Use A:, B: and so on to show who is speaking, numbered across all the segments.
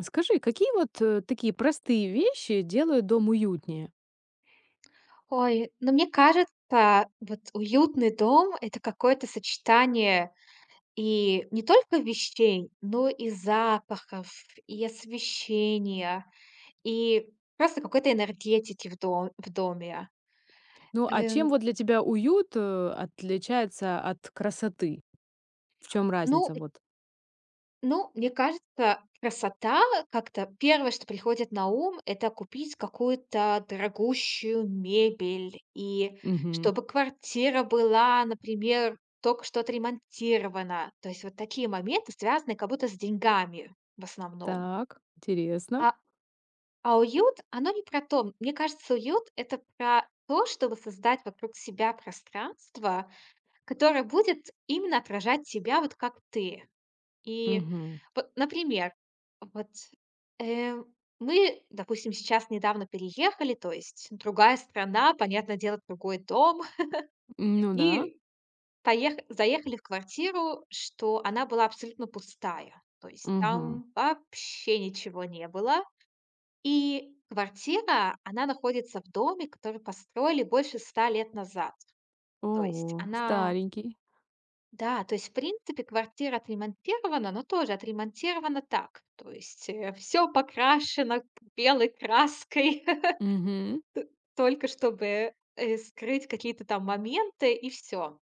A: Скажи, какие вот, такие простые вещи делают дом уютнее?
B: Ой, ну, мне кажется, вот уютный дом — это какое-то сочетание, и не только вещей, но и запахов, и освещения, и просто какой-то энергетики в доме.
A: Ну, а
B: Эм,
A: чем вот для тебя уют, отличается от красоты? В чем
B: ну
A: разница вот?
B: Ну, мне кажется, красота как-то первое, что приходит на ум, это купить какую-то дорогущую мебель, и
A: Мгм.
B: чтобы квартира была, например, только что отремонтирована. То есть вот такие моменты, связанные как будто с деньгами в основном.
A: Так, интересно.
B: А, а уют, оно не про то. Мне кажется, уют — это про то, чтобы создать вокруг себя пространство, которое будет именно отражать тебя вот как ты. И
A: Мгм.
B: вот, например, вот, э, мы, допустим, сейчас недавно переехали, то есть другая страна, понятное дело, другой дом,
A: Ну да.
B: и поех заехали в квартиру, что она была абсолютно пустая, то есть
A: Мгм.
B: там вообще ничего не было. И квартира, она находится в доме, который построили больше 100 лет назад. То есть
A: Ого,
B: она...
A: старенький.
B: Да, то есть, в принципе, квартира отремонтирована, но тоже отремонтирована так. То есть все покрашено белой краской,
A: Мгм.
B: только чтобы, скрыть какие-то там моменты, и все.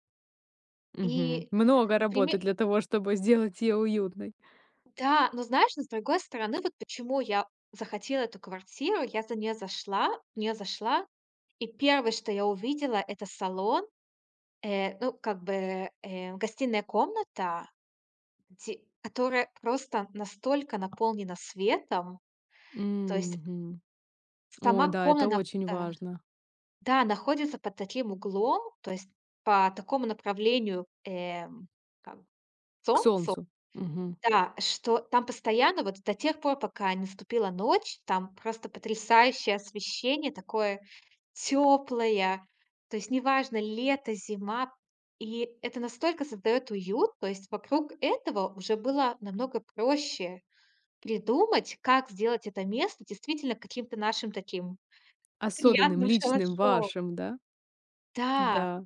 A: Мгм.
B: И,
A: Много
B: например,
A: работы для того, чтобы сделать ее уютной.
B: да, но знаешь, но с другой стороны, вот почему я захотела эту квартиру. Я за нее зашла не зашла, и первое, что я увидела — это салон, ну, как бы, гостиная комната, Те которая просто настолько наполнена светом, то есть
A: Мгм. Ой,
B: сама
A: да, это
B: комната
A: очень
B: нах- э,
A: важно.
B: да, находится под таким углом, то есть по такому направлению, как
A: К
B: солнцу,
A: солнцу. Мгм.
B: да, что там постоянно, вот до тех пор, пока не наступила ночь, там просто потрясающее освещение, такое теплое, то есть неважно, лето, зима. И это настолько создает уют, то есть вокруг этого уже было намного проще придумать, как сделать это место действительно каким-то нашим таким
A: Особенным,
B: приятным Мгм.
A: личным,
B: Шалашом.
A: вашим, да?
B: Да,
A: Да.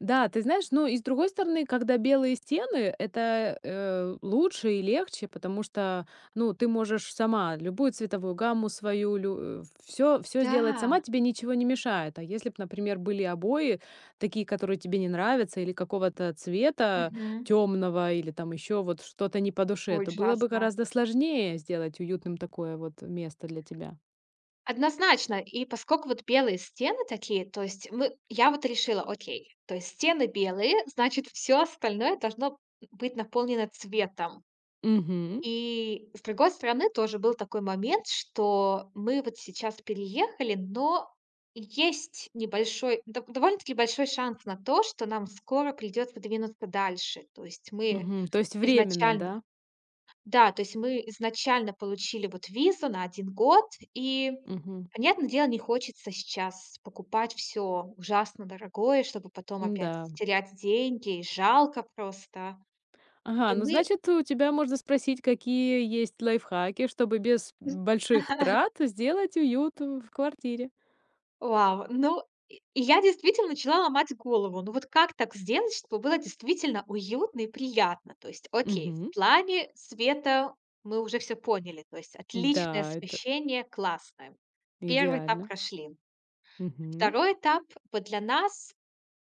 A: Да, ты знаешь, ну и с другой стороны, когда белые стены, это лучше и легче, потому что, ну, ты можешь сама любую цветовую гамму свою, все сделать сама,
B: да.
A: тебе ничего не мешает. А если бы, например, были обои, такие, которые тебе не нравятся, или какого-то цвета
B: Мгм.
A: темного, или там еще вот что-то не по душе,
B: Ой,
A: то было бы
B: ужасно.
A: гораздо сложнее сделать уютным такое вот место для тебя.
B: Однозначно. И поскольку вот белые стены такие, то есть мы я вот решила: окей, то есть стены белые, значит, все остальное должно быть наполнено цветом.
A: Угу,
B: И с другой стороны, тоже был такой момент, что мы вот сейчас переехали, но есть небольшой, довольно-таки большой шанс на то, что нам скоро придется двинуться дальше. То есть мы
A: угу. То есть временно,
B: изначально...
A: да?
B: да, то есть мы изначально получили вот визу на 1 год, и,
A: Угу.
B: понятное дело, не хочется сейчас покупать все ужасно дорогое, чтобы потом опять
A: Да,
B: терять деньги, и жалко просто.
A: ага,
B: И
A: ну,
B: мы...
A: значит, у тебя можно спросить, какие есть лайфхаки, чтобы без больших трат сделать уют в квартире.
B: Вау! Ну, и я действительно начала ломать голову. Ну, вот как так сделать, чтобы было действительно уютно и приятно? То есть, окей,
A: Мгм.
B: в плане света мы уже все поняли. То есть отличное
A: Да, это
B: освещение, классное. Первый этап
A: идеально.
B: прошли.
A: Мгм.
B: Второй этап вот для нас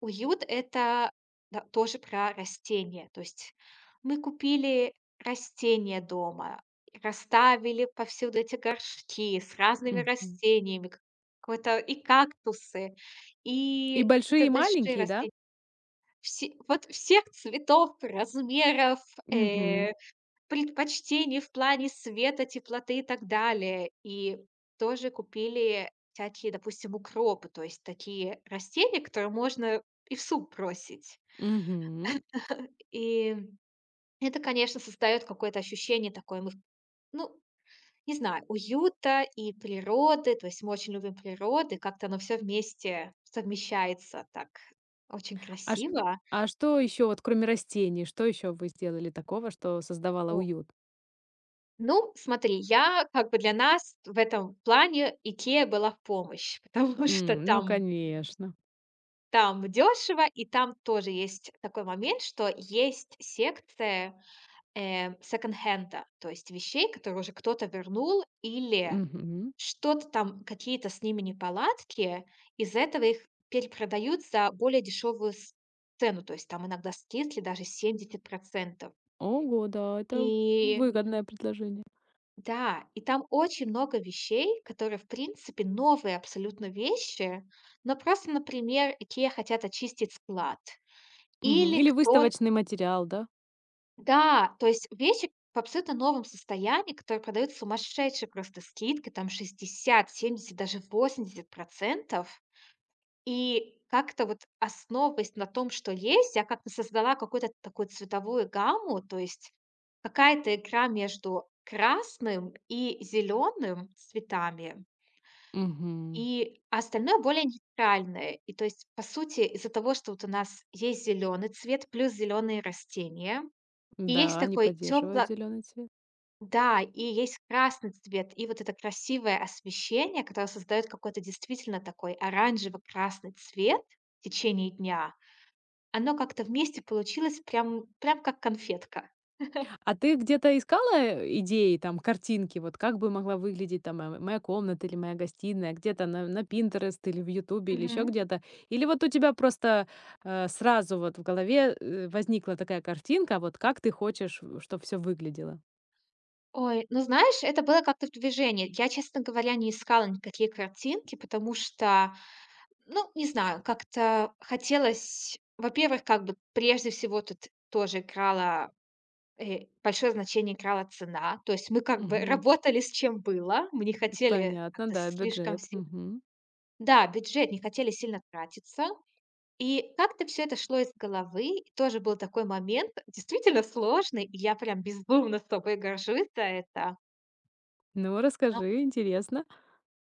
B: уют — это, да, тоже про растения. То есть мы купили растения дома, расставили повсюду эти горшки с разными
A: Мгм.
B: растениями, к какой-то и кактусы,
A: И
B: и
A: большие,
B: какие-то
A: и
B: большие
A: маленькие, да?
B: растения. Все вот, всех цветов, размеров,
A: Мгм.
B: э предпочтений в плане света, теплоты и так далее. И тоже купили всякие, допустим, укропы, то есть такие растения, которые можно и в суп бросить.
A: Мгм.
B: И это, конечно, создает какое-то ощущение такое, мы, ну, не знаю, уюта и природы. То есть мы очень любим природу, и как-то оно все вместе совмещается так очень
A: А ш
B: красиво.
A: а что еще, вот кроме растений, что еще вы сделали такого, что создавало
B: Вот.
A: уют?
B: Ну, смотри, я как бы, для нас в этом плане Икея была в помощь, потому что
A: М, ну,
B: там...
A: конечно.
B: Там дешево, и там тоже есть такой момент, что есть секция, секонд-хенда, то есть вещей, которые уже кто-то вернул, или
A: Мгм.
B: что-то там, какие-то с ними неполадки, из-за этого их перепродают за более дешевую с цену, то есть там иногда скидки даже 70%.
A: Ого, да, это
B: И
A: выгодное предложение.
B: да, и там очень много вещей, которые, в принципе, новые абсолютно вещи, но просто, например, IKEA хотят очистить склад,
A: Мгм.
B: или
A: Или
B: кто...
A: выставочный материал, да?
B: Да, то есть вещи в абсолютно новом состоянии, которые продают, сумасшедшие просто скидки, там 60, 70, даже 80%. И как-то вот, основываясь на том, что есть, я как-то создала какую-то такую цветовую гамму, то есть какая-то игра между красным и зеленым цветами,
A: Мгм.
B: и а остальное более нейтральное. И то есть, по сути, из-за того, что вот у нас есть зеленый цвет плюс зеленые растения, и есть
A: Да, они
B: такой тепло...
A: поддерживают зеленый цвет.
B: да, и есть красный цвет, и вот это красивое освещение, которое создает какой-то действительно такой оранжево-красный цвет в течение дня. Оно как-то вместе получилось прям как конфетка.
A: А ты где-то искала идеи, там, картинки, вот как бы могла выглядеть там моя комната или моя гостиная, где-то на Pinterest или в Ютубе или еще
B: Мгм.
A: где-то? Или вот у тебя просто сразу вот в голове возникла такая картинка, вот как ты хочешь, чтобы все выглядело?
B: Ой, ну знаешь, это было как-то в движении. Я, честно говоря, не искала никакие картинки, потому что, ну, не знаю, как-то хотелось, во-первых, как бы прежде всего тут тоже играла... большое значение играла цена. То есть мы как бы
A: Мгм.
B: работали с чем было, мы не хотели
A: Понятно,
B: как-то
A: да,
B: слишком
A: бюджет.
B: сильно...
A: Мгм.
B: Да, бюджет, не хотели сильно тратиться. И как-то все это шло из головы. И тоже был такой момент, действительно сложный, и я прям безумно с собой горжусь за это.
A: Ну,
B: А,
A: расскажи, интересно.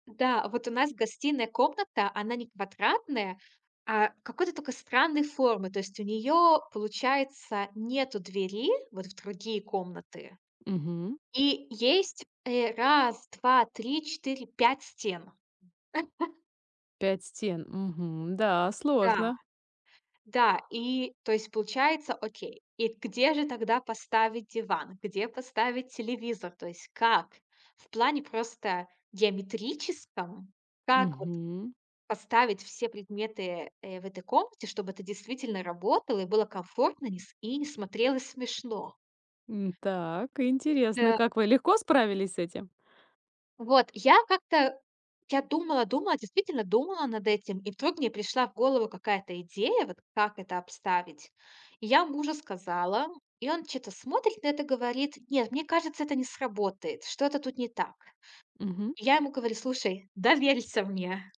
B: да, а вот у нас гостиная комната, она не квадратная, а какой-то только странной формы. То есть у нее получается, нету двери вот в другие комнаты.
A: Мгм.
B: И есть, 1, 2, 3, 4, 5 стен.
A: Пять стен. Мгм. Да,
B: Да,
A: сложно.
B: да, и то есть получается, окей, и где же тогда поставить диван? Где поставить телевизор? То есть как? В плане просто геометрическом, как вот
A: Мгм.
B: поставить все предметы, в этой комнате, чтобы это действительно работало и было комфортно, не с и не смотрелось смешно?
A: М, так, интересно,
B: Да.
A: как вы легко справились с этим?
B: Вот, я как-то, я думала, думала, действительно думала над этим, и вдруг мне пришла в голову какая-то идея, вот как это обставить. И я мужу сказала, и он что-то смотрит на это, говорит, нет, мне кажется, это не сработает, что-то тут не так.
A: Мгм.
B: И я ему говорю: слушай, доверься мне,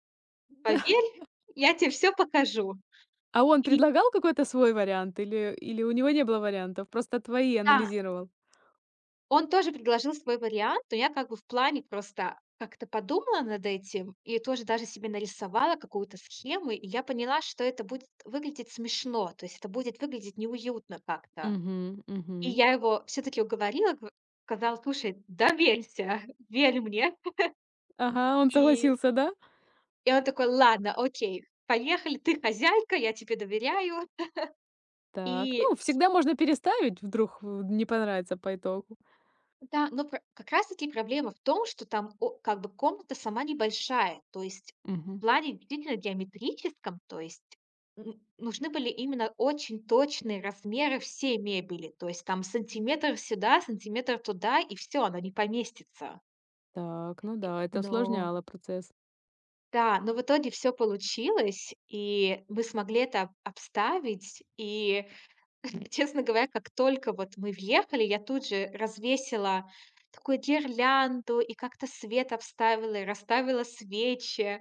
A: Да.
B: поверь, я тебе все покажу.
A: А он
B: И
A: предлагал какой-то свой вариант или у него не было вариантов, просто твои
B: да,
A: анализировал?
B: он тоже предложил свой вариант, но я как бы в плане просто как-то подумала над этим и тоже даже себе нарисовала какую-то схему, и я поняла, что это будет выглядеть смешно, то есть это будет выглядеть неуютно как-то.
A: Мгм, мгм.
B: И я его все таки уговорила, гов сказала: "Слушай, доверься, верь мне".
A: Ага, он
B: И
A: согласился, да?
B: и он такой: "Ладно, окей, поехали, ты хозяйка, я тебе доверяю".
A: Так, ну,
B: И...
A: всегда можно переставить, вдруг в не понравится по итогу.
B: Да, но пр как раз таки проблема в том, что там о как бы комната сама небольшая. То есть в
A: Мгм.
B: плане действительно геометрическом, то есть н нужны были именно очень точные размеры всей мебели. То есть там сантиметр сюда, сантиметр туда, и все, она не поместится.
A: Так, ну да, это
B: Но
A: усложняло процесс.
B: да, но в итоге все получилось, и мы смогли это обставить. И честно говоря, как только вот мы въехали, я тут же развесила такую гирлянду и как-то свет обставила, и расставила свечи.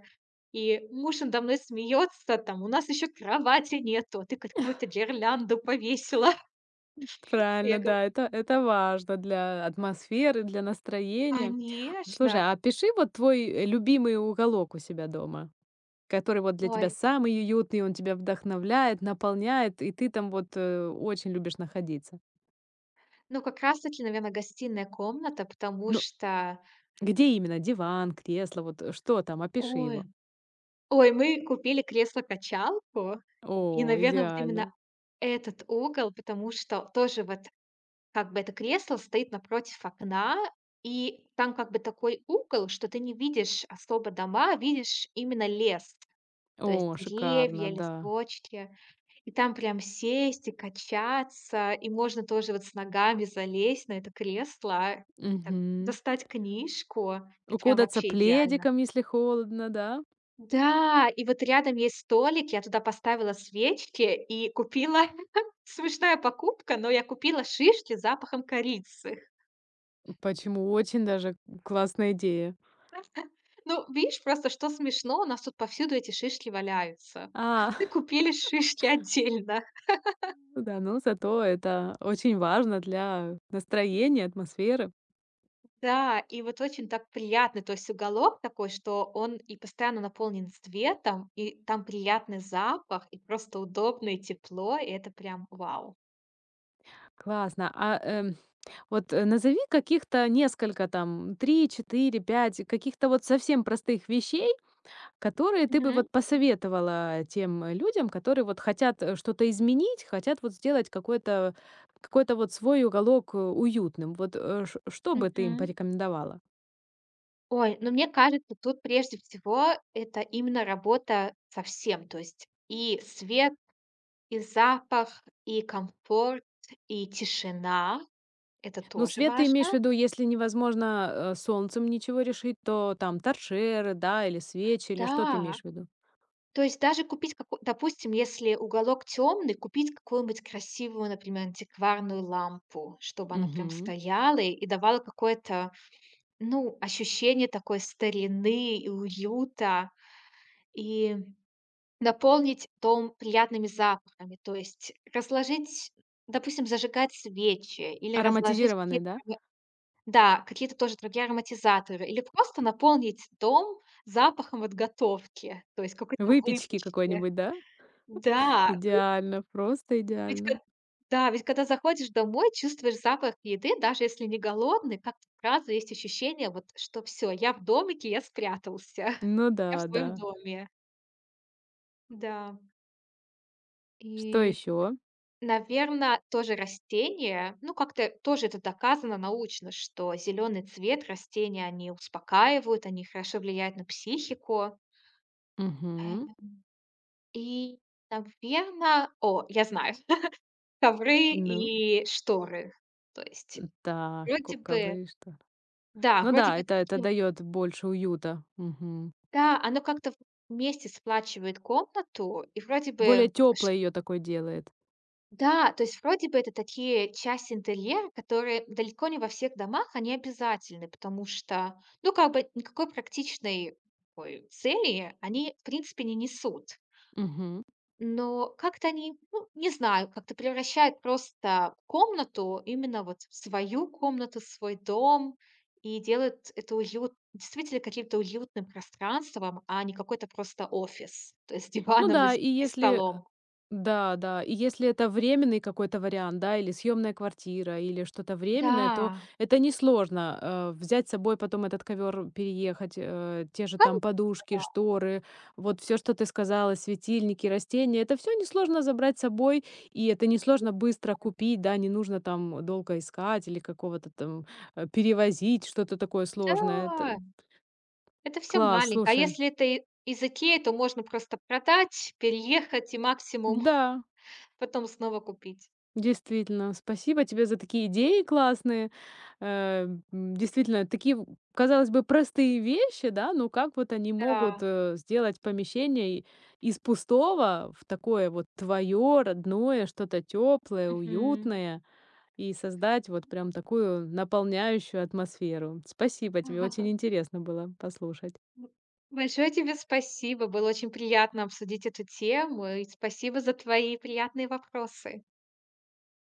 B: И муж надо мной смеется, там, у нас еще кровати нету, а ты какую-то гирлянду повесила. Я
A: Правильно,
B: говорю,
A: да, это важно для атмосферы, для настроения.
B: конечно.
A: Слушай, а пиши вот твой, любимый уголок у себя дома. Который вот для тебя
B: Ой,
A: самый уютный, он тебя вдохновляет, наполняет, и ты там вот, очень любишь находиться.
B: ну как раз-таки, наверное, гостиная комната, потому
A: Ну,
B: что,
A: где именно? Диван, кресло, вот, что там? Опиши
B: ой,
A: его.
B: ой, мы купили кресло-качалку, и,
A: О,
B: наверное, вот именно
A: идеально.
B: этот угол, потому что тоже вот, как бы это кресло стоит напротив окна, и там как бы такой угол, что ты не видишь особо дома, а видишь именно лес, то есть
A: О,
B: деревья,
A: шикарно, да.
B: листочки. И там прям сесть и качаться, и можно тоже вот с ногами залезть на это кресло, и так
A: Мгм.
B: достать книжку, и прям
A: Укутаться
B: вообще идеально.
A: пледиком, если холодно, да?
B: Да, и вот рядом есть столик, я туда поставила свечки и купила... смешная покупка, но я купила шишки с запахом корицы.
A: Почему? Очень даже классная идея.
B: Ну, видишь, просто что смешно, у нас тут повсюду эти шишки валяются.
A: А,
B: Мы купили шишки отдельно.
A: ну да, ну зато это очень важно для настроения, атмосферы.
B: Да, и вот очень так приятно, то есть уголок такой, что он и постоянно наполнен светом, и там приятный запах, и просто удобно, и тепло, и это прям вау.
A: Классно. А, вот, назови каких-то несколько там 3 4 5 каких-то вот совсем простых вещей, которые ты бы
B: Мгм,
A: вот посоветовала тем, людям, которые вот хотят, что-то изменить, хотят вот сделать какой-то вот свой уголок, уютным. Вот, э, ш что бы ты им
B: мгм.
A: порекомендовала?
B: Ой, ну мне кажется, тут прежде всего это именно работа со всем, то есть и свет, и запах, и комфорт, и тишина. Это
A: Ну,
B: тоже
A: свет ты
B: важно.
A: имеешь в виду, если невозможно, солнцем ничего решить, то там торшеры, да, или свечи, или что ты
B: Да,
A: имеешь в виду?
B: то есть даже купить како допустим, если уголок темный, купить какую-нибудь красивую, например, антикварную лампу, чтобы она прям
A: Мгм.
B: стояла и давала какое-то, ну, ощущение такой старины и уюта, и наполнить дом приятными запахами. То есть разложить, допустим, зажигать свечи или разложить
A: Ароматизированные,
B: какие-то
A: да?
B: аромы... да, какие-то тоже другие ароматизаторы, или просто наполнить дом запахом от готовки, то есть какой-то
A: Выпечки
B: выпечки.
A: какой-нибудь, да?
B: Да,
A: Идеально, просто
B: ведь кот
A: идеально.
B: да, ведь когда заходишь домой, чувствуешь запах еды, даже если не голодный, как-то сразу есть ощущение, вот, что все, я в домике, я спрятался.
A: Ну
B: Я в
A: да, да.
B: своем доме. Да.
A: Что
B: И,
A: еще?
B: наверное, тоже растения, ну, как-то тоже это доказано научно, что зеленый цвет растения, они успокаивают, они хорошо влияют на психику.
A: Мгм.
B: Эм, и, наверное, о, я знаю, ковры
A: Ну,
B: и шторы. То есть...
A: да,
B: Вроде бы,
A: ковры что.
B: да,
A: Ну
B: вроде
A: да,
B: бы это
A: это
B: таким...
A: дает больше уюта. Мгм.
B: да, оно как-то вместе сплачивает комнату, и вроде
A: Более
B: бы... ш
A: теплой ее такой делает.
B: да, то есть вроде бы это такие части интерьера, которые далеко не во всех домах они обязательны, потому что, ну, как бы никакой практичной такой цели они, в принципе, не несут.
A: Мгм.
B: Но как-то они, ну, не знаю, как-то превращают просто комнату, именно вот в свою комнату, свой дом, и делают это уют действительно каким-то уютным пространством, а не какой-то просто офис, то есть с
A: Ну
B: диваном и
A: да,
B: с
A: и
B: и
A: если.
B: столом.
A: Да, да. И если это временный какой-то вариант, да, или съемная квартира, или что-то временное, то
B: Да,
A: это несложно, взять с собой потом этот ковер, переехать, те же
B: конечно,
A: там подушки,
B: да.
A: шторы, вот все, что ты сказала, светильники, растения, это все несложно забрать с собой, и это несложно быстро купить, да, не нужно там долго искать или какого-то там, перевозить, что-то такое сложное. Это
B: Да, это все
A: класс,
B: маленькое. А
A: слушай.
B: если это и из "Икеи", то можно просто продать, переехать и максимум
A: Да.
B: потом снова купить.
A: Действительно, спасибо тебе за такие идеи классные. Э, действительно, такие, казалось бы, простые вещи, да, но как вот они могут,
B: Да,
A: сделать помещение, из пустого в такое вот твое, родное, что-то теплое,
B: мгм.
A: уютное, и создать вот прям такую наполняющую атмосферу. Спасибо тебе, очень интересно было послушать.
B: Б большое тебе спасибо. Было очень приятно обсудить эту тему, и спасибо за твои приятные вопросы.